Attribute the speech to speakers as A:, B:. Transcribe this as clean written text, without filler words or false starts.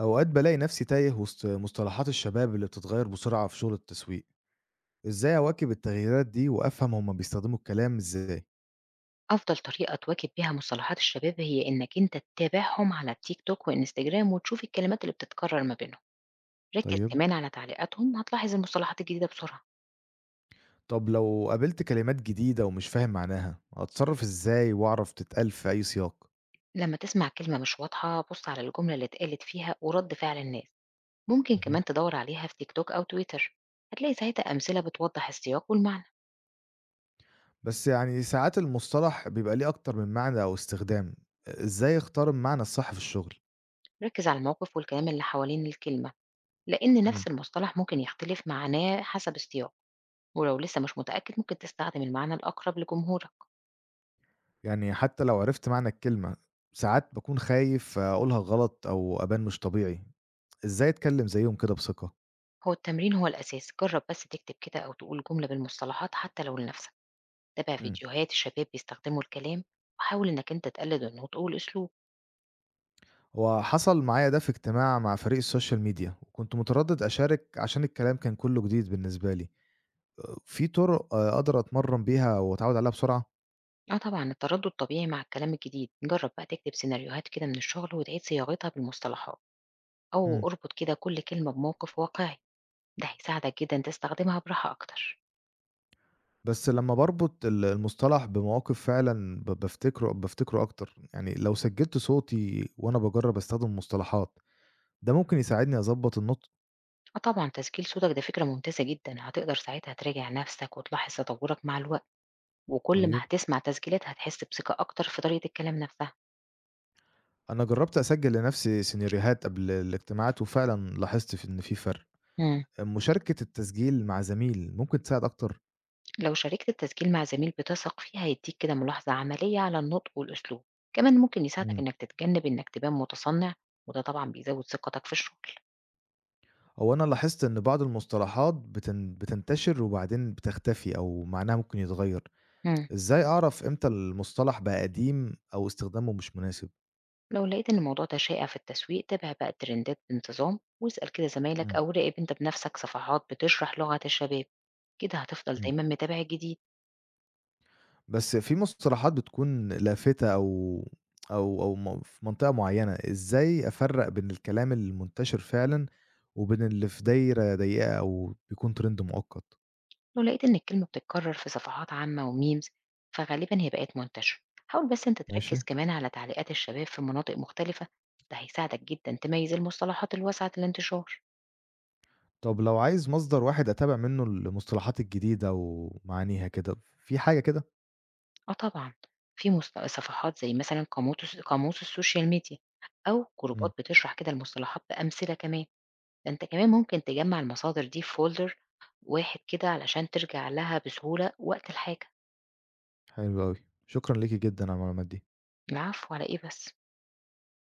A: أوقات بالاقي نفسي تايه وسط مصطلحات الشباب اللي بتتغير بسرعة في شغل التسويق. إزاي أواكب التغييرات دي وأفهم هما بيستخدموا الكلام إزاي؟
B: أفضل طريقة تواكب بيها مصطلحات الشباب هي إنك أنت تتابعهم على التيك توك وإنستجرام وتشوف الكلمات اللي بتتكرر ما بينهم. ركز
A: طيب.
B: كمان على تعليقاتهم، هتلاحظ المصطلحات الجديدة بسرعة.
A: طب لو قابلت كلمات جديدة ومش فاهم معناها أتصرف إزاي وأعرف تتقال في أي سياق؟
B: لما تسمع كلمة مش واضحة بص على الجملة اللي اتقالت فيها ورد فعل الناس. ممكن
A: مهم.
B: كمان تدور عليها في تيك توك أو تويتر. هتلاقي ساعتها أمثلة بتوضح السياق والمعنى.
A: بس يعني ساعات المصطلح بيبقى ليه أكتر من معنى أو استخدام. إزاي أختار المعنى الصح في الشغل؟
B: ركز على الموقف والكلام اللي حوالين الكلمة، لأن
A: مم.
B: نفس المصطلح ممكن يختلف معناه حسب السياق. ولو لسه مش متأكد ممكن تستخدم المعنى الأقرب لجمهورك.
A: يعني حتى لو عرفت معنى الكلمة ساعات بكون خايف أقولها غلط أو أبان مش طبيعي. إزاي أتكلم زيهم كده بثقة؟
B: هو التمرين هو الأساس، جرب بس تكتب كده أو تقول جملة بالمصطلحات حتى لو لنفسك. تابع
A: مم.
B: فيديوهات شباب بيستخدموا الكلام، وحاول إنك أنت تقلد إنه تقول أسلوب.
A: هو حصل معايا ده في اجتماع مع فريق السوشيال ميديا وكنت متردد أشارك عشان الكلام كان كله جديد بالنسبة لي. في طرق أقدر أتمرن بيها وأتعود عليها بسرعة.
B: اه طبعا التردد طبيعي مع الكلام الجديد، جرب بقى تكتب سيناريوهات كده من الشغل وتعيد صياغتها بالمصطلحات،
A: مم.
B: أو اربط كده كل كلمة بموقف واقعي. ده هيساعدك جدا تستخدمها براحة أكتر.
A: بس لما بربط المصطلح بمواقف فعلا بفتكره أكتر، يعني لو سجلت صوتي وأنا بجرب أستخدم المصطلحات ده ممكن يساعدني أظبط النطق.
B: اه طبعا تسجيل صوتك ده فكرة ممتازة جدا، هتقدر ساعتها تراجع نفسك وتلاحظ تطورك مع الوقت. وكل ما
A: طيب.
B: هتسمع تسجيلات هتحس بثقة أكتر في طريقة الكلام نفسها.
A: أنا جربت أسجل لنفسي سيناريوهات قبل الاجتماعات وفعلا لاحظت في إن في فرق.
B: مم.
A: مشاركة التسجيل مع زميل ممكن تساعد أكتر.
B: لو شاركت التسجيل مع زميل بتثق فيه هيديك كده ملاحظة عملية على النطق والأسلوب. كمان ممكن يساعدك إنك تتجنب إنك تبان متصنع، وده طبعا بيزود ثقتك في الشغل.
A: هو أنا لاحظت إن بعض المصطلحات بتنتشر وبعدين بتختفي أو معناها ممكن يتغير.
B: مم.
A: إزاي أعرف إمتى المصطلح بقى قديم أو استخدامه مش مناسب؟
B: لو لقيت إن الموضوع ده شائع في التسويق تابع بقى الترندات بانتظام واسأل كده زمايلك
A: امم،
B: أو راقب أنت بنفسك صفحات بتشرح لغة الشباب. كده هتفضل
A: امم.
B: دايما متابع الجديد.
A: بس في مصطلحات بتكون لافتة أو أو أو م في منطقة معينة، إزاي أفرّق بين الكلام المنتشر فعلًا وبين اللي في دايرة ضيقة أو بيكون ترند مؤقت؟
B: لو لقيت إن الكلمة بتتكرر في صفحات عامة وميمز فغالبا هي بقت منتشرة. حاول بس أنت
A: ماشي.
B: تركز كمان على تعليقات الشباب في مناطق مختلفة. ده هيساعدك جدا تميز المصطلحات الواسعة الانتشار.
A: طب لو عايز مصدر واحد أتابع منه المصطلحات الجديدة ومعانيها كده، في حاجة كده؟
B: اه طبعا، في صفحات زي مثلا قاموس السوشيال ميديا، أو
A: امم.
B: جروبات بتشرح كده المصطلحات بأمثلة كمان. ده أنت كمان ممكن تجمع المصادر دي في فولدر واحد كده علشان ترجع لها بسهولة وقت الحاجة.
A: حلو أوي. شكرًا ليكِ جدًا على المعلومات دي.
B: العفو على إيه بس.